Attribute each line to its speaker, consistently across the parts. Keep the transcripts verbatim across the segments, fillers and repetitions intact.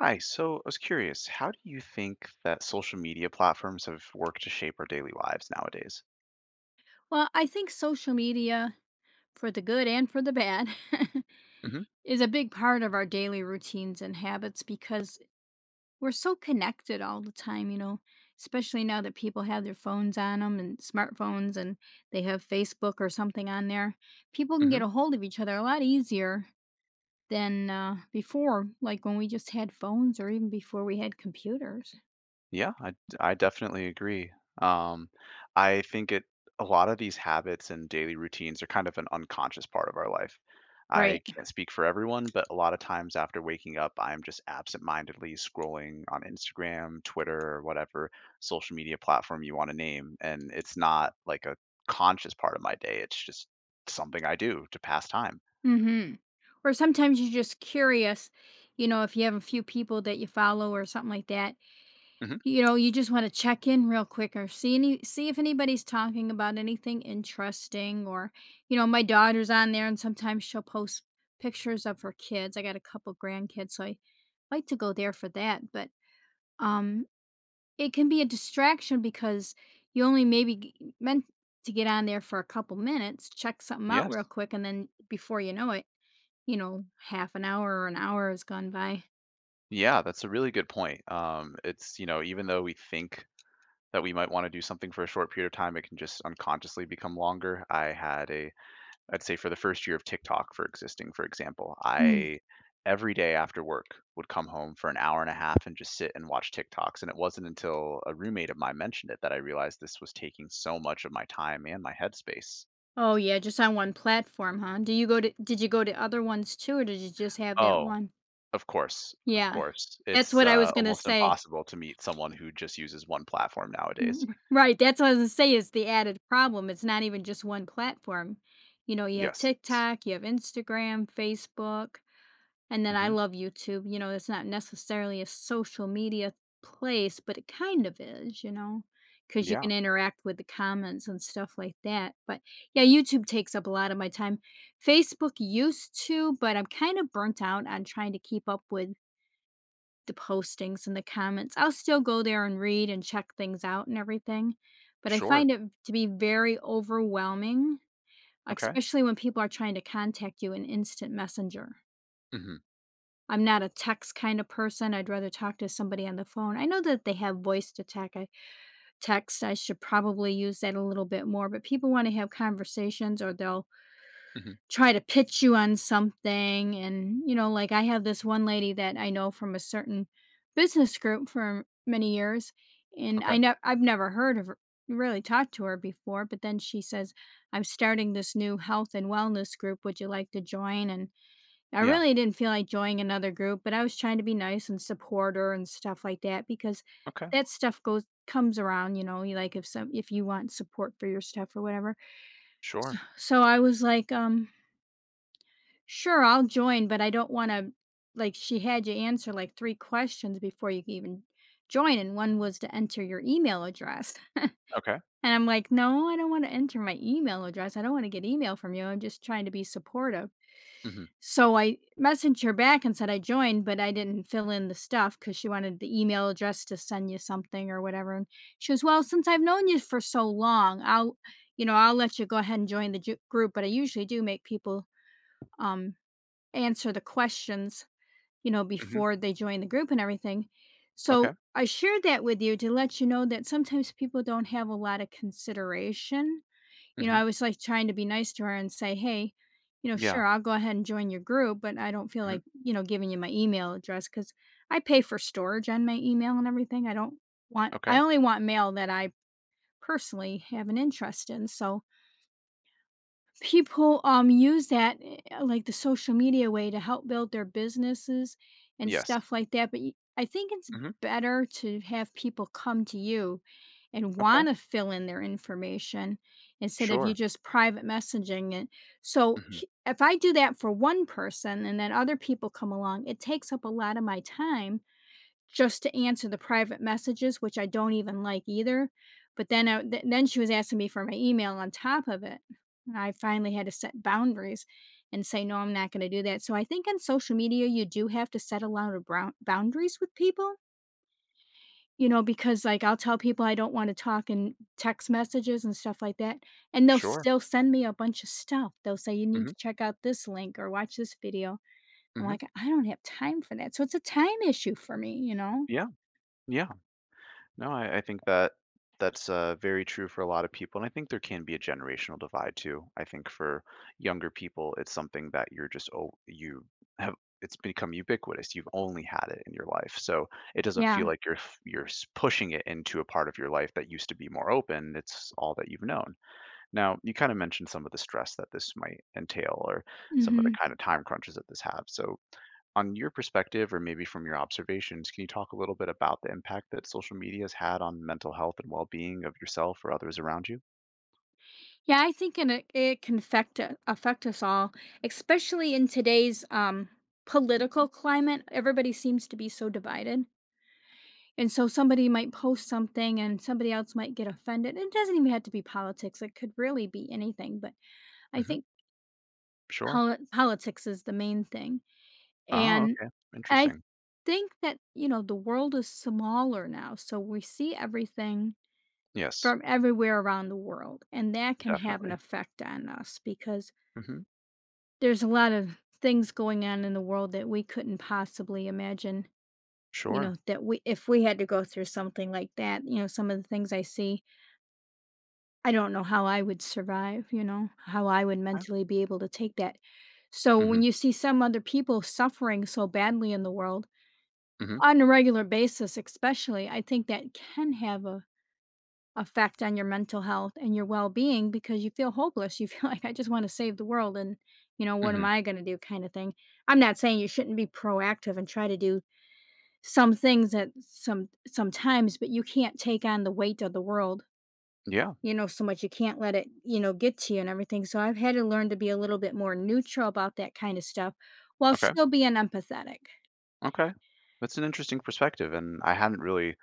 Speaker 1: Hi, so I was curious, how do you think that social media platforms have worked to shape our daily lives nowadays?
Speaker 2: Well, I think social media, for the good and for the bad,
Speaker 1: Mm-hmm.
Speaker 2: is a big part of our daily routines and habits because we're so connected all the time, you know, especially now that people have their phones on them and smartphones and they have Facebook or something on there. People can get a hold of each other a lot easier than uh, before, like when we just had phones or even before we had computers.
Speaker 1: Yeah, I I definitely agree. Um, I think it a lot of these habits and daily routines are kind of an unconscious part of our life. I
Speaker 2: Right.
Speaker 1: can't speak for everyone, but a lot of times after waking up, I'm just absentmindedly scrolling on Instagram, Twitter, or whatever social media platform you want to name, and it's not like a conscious part of my day. It's just something I do to pass time.
Speaker 2: Mm-hmm. Or sometimes you're just curious, you know, if you have a few people that you follow or something like that.
Speaker 1: Hmm.
Speaker 2: You know, you just wanna check in real quick or see any see if anybody's talking about anything interesting or, you know, my daughter's on there and sometimes she'll post pictures of her kids. I got a couple grandkids, so I like to go there for that, but, um, it can be a distraction because you only maybe g meant to get on there for a couple minutes, check something out real
Speaker 1: Yes.
Speaker 2: quick, and then before you know it, you know, half an hour or an hour has gone by.
Speaker 1: Yeah, that's a really good point. Um, it's, you know, even though we think that we might want to do something for a short period of time, it can just unconsciously become longer. I had a, I'd say for the first year of TikTok for existing, for example, I every day after work would come home for an hour and a half and just sit and watch TikToks. And it wasn't until a roommate of mine mentioned it that I realized this was taking so much of my time and my headspace.
Speaker 2: Oh, yeah, just on one platform, huh? Do you go to Did you go to other ones too, or did you just have that
Speaker 1: Oh,
Speaker 2: one?
Speaker 1: of course, of
Speaker 2: Yeah,
Speaker 1: course.
Speaker 2: that's
Speaker 1: It's
Speaker 2: what I
Speaker 1: uh,
Speaker 2: was gonna
Speaker 1: almost
Speaker 2: say.
Speaker 1: impossible to meet someone who just uses one platform nowadays.
Speaker 2: Mm, right, that's what I was gonna say is the added problem, it's not even just one platform. You know, you have
Speaker 1: Yes.
Speaker 2: TikTok, you have Instagram, Facebook. And then I
Speaker 1: Hmm.
Speaker 2: love YouTube, you know, it's not necessarily a social media place, but it kind of is, you know, because you
Speaker 1: Yeah,
Speaker 2: can interact with the comments and stuff like that. But yeah, YouTube takes up a lot of my time. Facebook used to, but I'm kind of burnt out on trying to keep up with the postings and the comments. I'll still go there and read and check things out and everything, but I
Speaker 1: sure.
Speaker 2: find it to be very overwhelming,
Speaker 1: Okay.
Speaker 2: especially when people are trying to contact you in instant messenger.
Speaker 1: Hmm.
Speaker 2: I'm not a text kind of person, I'd rather talk to somebody on the phone. I know that they have voice to tech I text, I should probably use that a little bit more, but people wanna have conversations or they'll
Speaker 1: Hmm.
Speaker 2: try to pitch you on something and, you know, like, I have this one lady that I know from a certain business group for many years, and
Speaker 1: Okay.
Speaker 2: I nev I've never heard of her really talked to her before, but then she says, "I'm starting this new health and wellness group, would you like to join?" And I
Speaker 1: Yeah.
Speaker 2: really didn't feel like joining another group, but I was trying to be nice and support her and stuff like that because
Speaker 1: Okay.
Speaker 2: that stuff goes comes around, you know, you like if some if you want support for your stuff or whatever. So,
Speaker 1: Sure.
Speaker 2: so I was like, um, sure, I'll join, but I don't want to, like, she had you answer like three questions before you could even join and one was to enter your email address.
Speaker 1: Okay.
Speaker 2: And I'm like, no, I don't want to enter my email address. I don't want to get email from you. I'm just trying to be supportive.
Speaker 1: Mhm.
Speaker 2: So I messaged her back and said I joined, but I didn't fill in the stuff because she wanted the email address to send you something or whatever. And she goes, well, since I've known you for so long, I'll, you know, I'll let you go ahead and join the ju- group. But I usually do make people um, answer the questions, you know,
Speaker 1: Mhm.
Speaker 2: before they join the group and everything.
Speaker 1: Okay.
Speaker 2: So I shared that with you to let you know that sometimes people don't have a lot of consideration. You know,
Speaker 1: Mhm.
Speaker 2: I was, like, trying to be nice to her and say, "Hey, you know,
Speaker 1: Yeah.
Speaker 2: sure, I'll go ahead and join your group, but I don't feel
Speaker 1: Mhm.
Speaker 2: like, you know, giving you my email address because I pay for storage on my email and everything. I don't want
Speaker 1: Okay.
Speaker 2: I only want mail that I personally have an interest in," so people um use that, uh, like, the social media way to help build their businesses and
Speaker 1: Yes.
Speaker 2: stuff like that, but y- I think it's
Speaker 1: Mhm.
Speaker 2: better to have people come to you and
Speaker 1: Okay.
Speaker 2: want to fill in their information instead of you
Speaker 1: Sure.
Speaker 2: just private messaging it. So
Speaker 1: Mhm.
Speaker 2: h- if I do that for one person and then other people come along, it takes up a lot of my time just to answer the private messages, which I don't even like either. But then, I, th- then she was asking me for my email on top of it. And I finally had to set boundaries and say, no, I'm not going to do that. So I think on social media, you do have to set a lot of brou- boundaries with people, you know, because like I'll tell people I don't want to talk in text messages and stuff like that. And they'll
Speaker 1: Sure.
Speaker 2: still send me a bunch of stuff. They'll say, you need
Speaker 1: Mhm.
Speaker 2: to check out this link or watch this video. I'm
Speaker 1: Mhm.
Speaker 2: like, I don't have time for that. So it's a time issue for me, you know?
Speaker 1: Yeah. Yeah. No, I, I think that that's uh, very true for a lot of people, and I think there can be a generational divide too. I think for younger people, it's something that you're just oh you have it's become ubiquitous. You've only had it in your life, so it doesn't feel
Speaker 2: Yeah.
Speaker 1: like you're f- you're s- pushing it into a part of your life that used to be more open. It's all that you've known. Now, you kind of mentioned some of the stress that this might entail or some of the
Speaker 2: Mhm.
Speaker 1: kind of time crunches that this have. So, on your perspective, or maybe from your observations, can you talk a little bit about the impact that social media has had on mental health and well being of yourself or others around you?
Speaker 2: Yeah, I think and it it can affect u affect us all, especially in today's, um, political climate. Everybody seems to be so divided, and so somebody might post something and somebody else might get offended. It doesn't even have to be politics, it could really be anything, but I
Speaker 1: Hmm.
Speaker 2: think
Speaker 1: Sure.
Speaker 2: poli politics is the main thing,
Speaker 1: Oh,
Speaker 2: and
Speaker 1: okay.
Speaker 2: I
Speaker 1: Interesting.
Speaker 2: think that, you know, the world is smaller now, so we see everything
Speaker 1: Yes,
Speaker 2: from everywhere around the world, and that can have an
Speaker 1: definitely.
Speaker 2: effect on us because
Speaker 1: Hmm.
Speaker 2: there's a lot of things going on in the world that we couldn't possibly imagine, you know,
Speaker 1: Sure.
Speaker 2: that we if we had to go through something like that, you know, some of the things I see, I don't know how I would survive, you know, how I would
Speaker 1: Okay.
Speaker 2: mentally be able to take that. So
Speaker 1: Hmm.
Speaker 2: when you see some other people suffering so badly in the world
Speaker 1: Hmm.
Speaker 2: on a regular basis, especially, I think that can have a effect on your mental health and your well-being because you feel hopeless. You feel like I just want to save the world and, you know, what am
Speaker 1: Hmm.
Speaker 2: I going to do kind of thing. I'm not saying you shouldn't be proactive and try to do some things at some sometimes, but you can't take on the weight of the world,
Speaker 1: Yeah.
Speaker 2: you know, so much. You can't let it, you know, get to you and everything. So I've had to learn to be a little bit more neutral about that kind of stuff while
Speaker 1: Okay.
Speaker 2: still being empathetic.
Speaker 1: Okay. That's an interesting perspective. And I hadn't really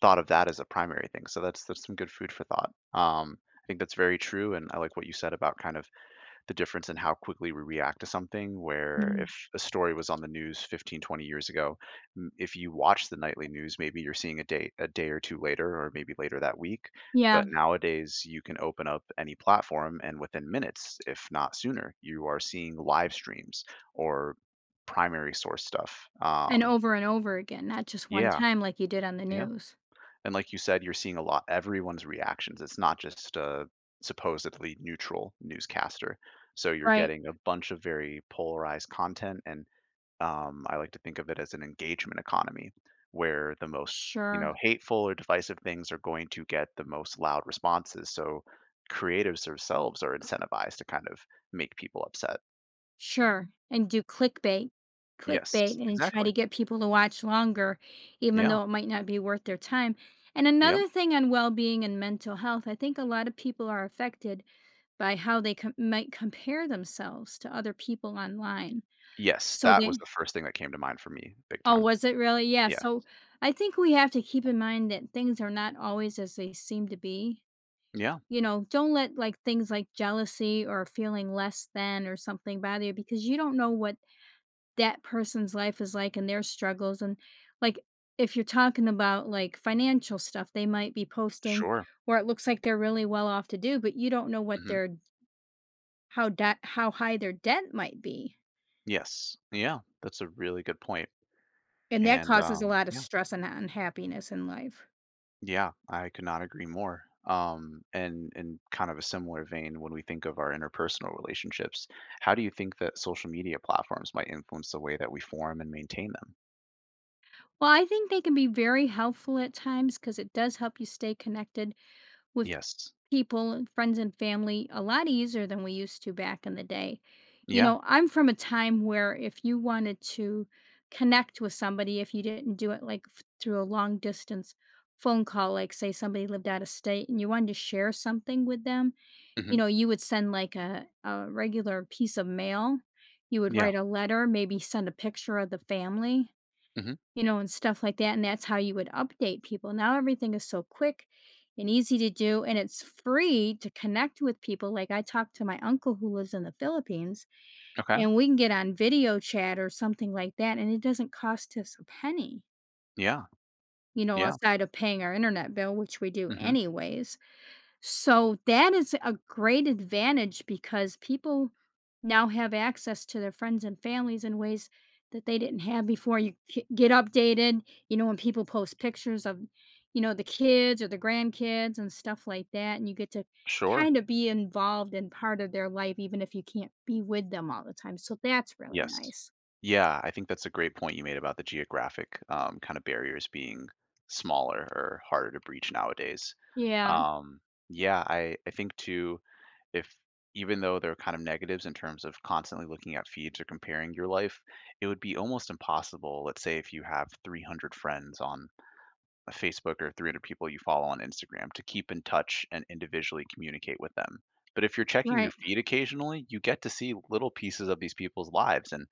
Speaker 1: thought of that as a primary thing. So that's that's some good food for thought. Um, I think that's very true, and I like what you said about kind of the difference in how quickly we react to something. Where
Speaker 2: Mhm.
Speaker 1: if a story was on the news fifteen twenty years ago, m- if you watch the nightly news, maybe you're seeing a day a day or two later, or maybe later that week.
Speaker 2: Yeah,
Speaker 1: But nowadays, you can open up any platform, and within minutes, if not sooner, you are seeing live streams or primary source stuff.
Speaker 2: and
Speaker 1: Um,
Speaker 2: over and over again, not just one
Speaker 1: yeah,
Speaker 2: time like you did on the
Speaker 1: yeah.
Speaker 2: news.
Speaker 1: And like you said, you're seeing a lot everyone's reactions. It's not just a supposedly neutral newscaster. So you're
Speaker 2: Right.
Speaker 1: getting a bunch of very polarized content, and um, I like to think of it as an engagement economy, where the most you
Speaker 2: Sure.
Speaker 1: know hateful or divisive things are going to get the most loud responses. So creatives themselves are incentivized to kind of make people upset.
Speaker 2: Sure, and do clickbait
Speaker 1: Yes,
Speaker 2: clickbait and try
Speaker 1: exactly.
Speaker 2: to get people to watch longer, even
Speaker 1: Yeah.
Speaker 2: though it might not be worth their time, and
Speaker 1: Yep.
Speaker 2: another thing on well-being and mental health, I think a lot of people are affected by how they com might compare themselves to other people online,
Speaker 1: Yes,
Speaker 2: so
Speaker 1: that was
Speaker 2: they—
Speaker 1: the first thing that came to mind for me, big
Speaker 2: Oh,
Speaker 1: time.
Speaker 2: was it really? Yeah,
Speaker 1: Yeah.
Speaker 2: so I think we have to keep in mind that things are not always as they seem to be,
Speaker 1: Yeah.
Speaker 2: you know, don't let, like, things like jealousy or feeling less than or something bother you because you don't know what that person's life is like and their struggles and, like, if you're talking about like financial stuff, they might be posting
Speaker 1: Sure.
Speaker 2: where it looks like they're really well off to do, but you don't know what
Speaker 1: Mm-hmm.
Speaker 2: their— how debt how high their debt might be,
Speaker 1: Yes. Yeah, that's a really good point,
Speaker 2: and that
Speaker 1: and,
Speaker 2: causes a
Speaker 1: um,
Speaker 2: lot of
Speaker 1: yeah,
Speaker 2: stress and unhappiness in life.
Speaker 1: yeah, I could not agree more, um, and in kind of a similar vein, when we think of our interpersonal relationships, how do you think that social media platforms might influence the way that we form and maintain them?
Speaker 2: Well, I think they can be very helpful at times because it does help you stay connected with
Speaker 1: Yes.
Speaker 2: people, friends and family, a lot easier than we used to back in the day. You
Speaker 1: Yeah.
Speaker 2: know, I'm from a time where if you wanted to connect with somebody, if you didn't do it like f- through a long distance phone call, like say somebody lived out of state and you wanted to share something with them, you
Speaker 1: Mhm.
Speaker 2: know, you would send like a, a regular piece of mail. You would
Speaker 1: Yeah.
Speaker 2: write a letter, maybe send a picture of the family,
Speaker 1: Mhm.
Speaker 2: you know, and stuff like that. And that's how you would update people. Now everything is so quick and easy to do, and it's free to connect with people. Like I talked to my uncle who lives in the Philippines,
Speaker 1: Okay.
Speaker 2: and we can get on video chat or something like that, and it doesn't cost us a penny,
Speaker 1: Yeah.
Speaker 2: you know,
Speaker 1: Yeah.
Speaker 2: outside of paying our internet bill, which we do
Speaker 1: Mhm.
Speaker 2: anyways. So that is a great advantage because people now have access to their friends and families in ways that they didn't have before. You k- get updated, you know, when people post pictures of, you know, the kids or the grandkids and stuff like that. And you get to
Speaker 1: Sure.
Speaker 2: kind of be involved in part of their life, even if you can't be with them all the time. So that's really
Speaker 1: Yes.
Speaker 2: nice.
Speaker 1: Yeah, I think that's a great point you made about the geographic, um, kind of barriers being smaller or harder to breach nowadays.
Speaker 2: Yeah,
Speaker 1: Um, yeah, I, I think too, if even though there are kind of negatives in terms of constantly looking at feeds or comparing your life, it would be almost impossible. Let's say if you have three hundred friends on Facebook or three hundred people you follow on Instagram to keep in touch and individually communicate with them. But if you're checking your
Speaker 2: right.
Speaker 1: feed occasionally, you get to see little pieces of these people's lives. And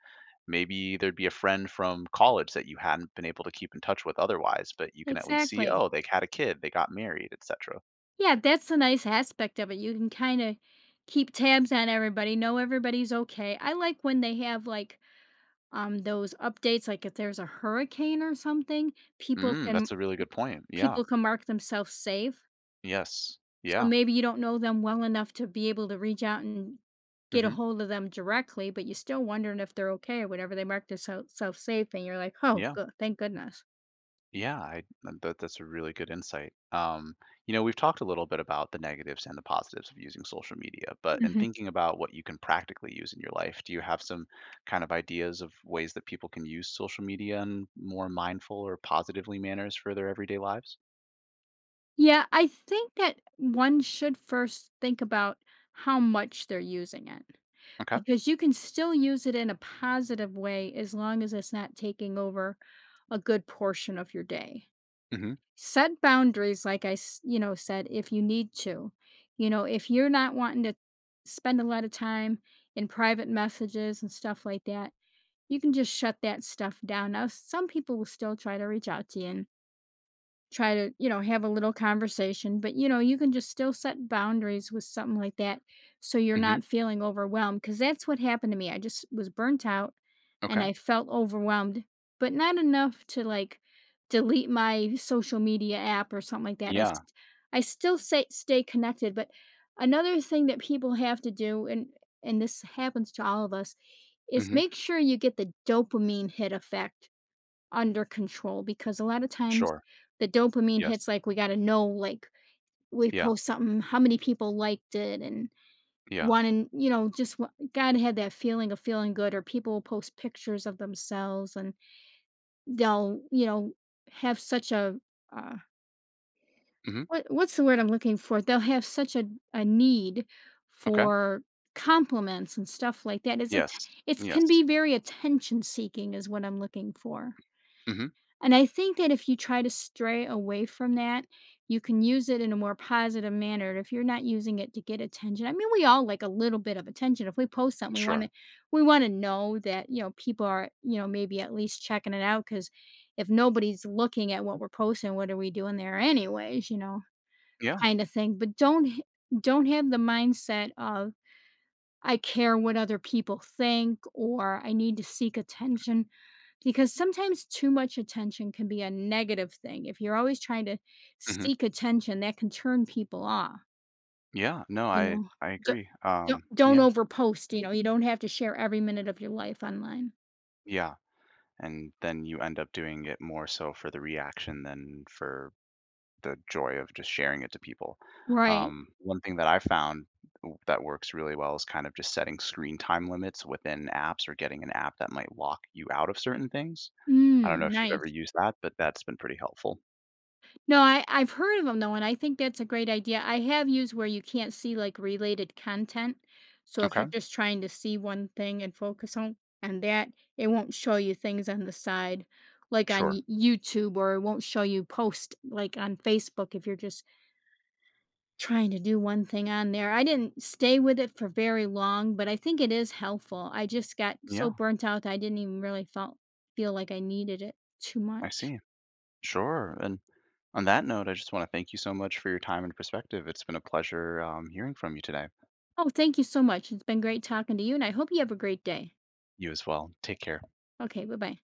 Speaker 1: maybe there'd be a friend from college that you hadn't been able to keep in touch with otherwise, but you can at least see,
Speaker 2: Exactly.
Speaker 1: oh, they had a kid, they got married, et cetera.
Speaker 2: Yeah, that's a nice aspect of it. You can kind of keep tabs on everybody, know everybody's okay. I like when they have like um those updates like if there's a hurricane or something, people
Speaker 1: Mm,
Speaker 2: can
Speaker 1: that's a really good point. Yeah.
Speaker 2: people can mark themselves safe.
Speaker 1: Yes.
Speaker 2: So
Speaker 1: Yeah.
Speaker 2: maybe you don't know them well enough to be able to reach out and get a
Speaker 1: Hmm.
Speaker 2: hold of them directly, but you're still wondering if they're okay or whatever. They mark themselves safe and you're like, "Oh,
Speaker 1: Yeah.
Speaker 2: good. Thank goodness."
Speaker 1: Yeah, I uh, that that's a really good insight. Um, you know, we've talked a little bit about the negatives and the positives of using social media, but in
Speaker 2: Hmm.
Speaker 1: thinking about what you can practically use in your life, do you have some kind of ideas of ways that people can use social media in more mindful or positively manners for their everyday lives?
Speaker 2: Yeah, I think that one should first think about how much they're using it.
Speaker 1: Okay.
Speaker 2: Because you can still use it in a positive way as long as it's not taking over a good portion of your day.
Speaker 1: Mhm.
Speaker 2: Set boundaries like I, s- you know, said if you need to. You know, if you're not wanting to spend a lot of time in private messages and stuff like that, you can just shut that stuff down. Now, some people will still try to reach out to you and try to, you know, have a little conversation, but, you know, you can just still set boundaries with something like that so you're
Speaker 1: Mhm.
Speaker 2: not feeling overwhelmed. Because that's what happened to me. I just was burnt out and
Speaker 1: Okay.
Speaker 2: I felt overwhelmed, but not enough to, like, delete my social media app or something like that. I
Speaker 1: Yeah.
Speaker 2: st I still say stay connected, but another thing that people have to do, and and this happens to all of us, is
Speaker 1: Mhm.
Speaker 2: make sure you get the dopamine hit effect under control. Because a lot of times
Speaker 1: Sure.
Speaker 2: the dopamine
Speaker 1: Yes.
Speaker 2: hits, like, we got to know, like, we
Speaker 1: Yeah.
Speaker 2: post something how many people liked it, and
Speaker 1: Yeah.
Speaker 2: wanting, you know, just wa- gotta have that feeling of feeling good. Or people will post pictures of themselves and they'll, you know, have such a uh,
Speaker 1: Mhm.
Speaker 2: what what's the word I'm looking for, they'll have such a, a need
Speaker 1: Okay.
Speaker 2: for compliments and stuff like that. It's a,
Speaker 1: Yes.
Speaker 2: it's, can
Speaker 1: Yes.
Speaker 2: be very attention seeking is what I'm looking for.
Speaker 1: Mhm.
Speaker 2: And I think that if you try to stray away from that, you can use it in a more positive manner. If you're not using it to get attention, I mean, we all like a little bit of attention. If we post something, we want
Speaker 1: Sure.
Speaker 2: to, we want to know that, you know, people are, you know, maybe at least checking it out. Because if nobody's looking at what we're posting, what are we doing there anyways? You know,
Speaker 1: Yeah.
Speaker 2: kind of thing. But don't h- don't have the mindset of I care what other people think or I need to seek attention, because sometimes too much attention can be a negative thing. If you're always trying to
Speaker 1: Mhm.
Speaker 2: seek attention, that can turn people off,
Speaker 1: Yeah. No,
Speaker 2: you
Speaker 1: I
Speaker 2: know.
Speaker 1: I
Speaker 2: Don't
Speaker 1: agree.
Speaker 2: don't,
Speaker 1: Um,
Speaker 2: don't
Speaker 1: yeah.
Speaker 2: overpost, you know. You don't have to share every minute of your life online.
Speaker 1: Yeah. And then you end up doing it more so for the reaction than for the joy of just sharing it to people.
Speaker 2: Right.
Speaker 1: Um, one thing that I found w- that works really well is kind of just setting screen time limits within apps or getting an app that might lock you out of certain things. I don't
Speaker 2: Mm,
Speaker 1: know if you've ever
Speaker 2: nice.
Speaker 1: used that, but that's been pretty helpful.
Speaker 2: No, I I've heard of them though, and I think that's a great idea. I have used where you can't see like related content. So if you're
Speaker 1: Okay,
Speaker 2: just trying to see one thing and focus on on that, it won't show you things on the side, like on
Speaker 1: sure.
Speaker 2: Y- YouTube, or it won't show you post like on Facebook if you're just trying to do one thing on there. I didn't stay with it for very long, but I think it is helpful. I just got
Speaker 1: Yeah,
Speaker 2: so burnt out that I didn't even really felt feel like I needed it too
Speaker 1: I
Speaker 2: much.
Speaker 1: see. Sure. And on that note, I just want to thank you so much for your time and perspective. It's been a pleasure um, hearing from you today.
Speaker 2: Oh, thank you so much. It's been great talking to you, and I hope you have a great day.
Speaker 1: You as well. Take care.
Speaker 2: Okay, bye bye.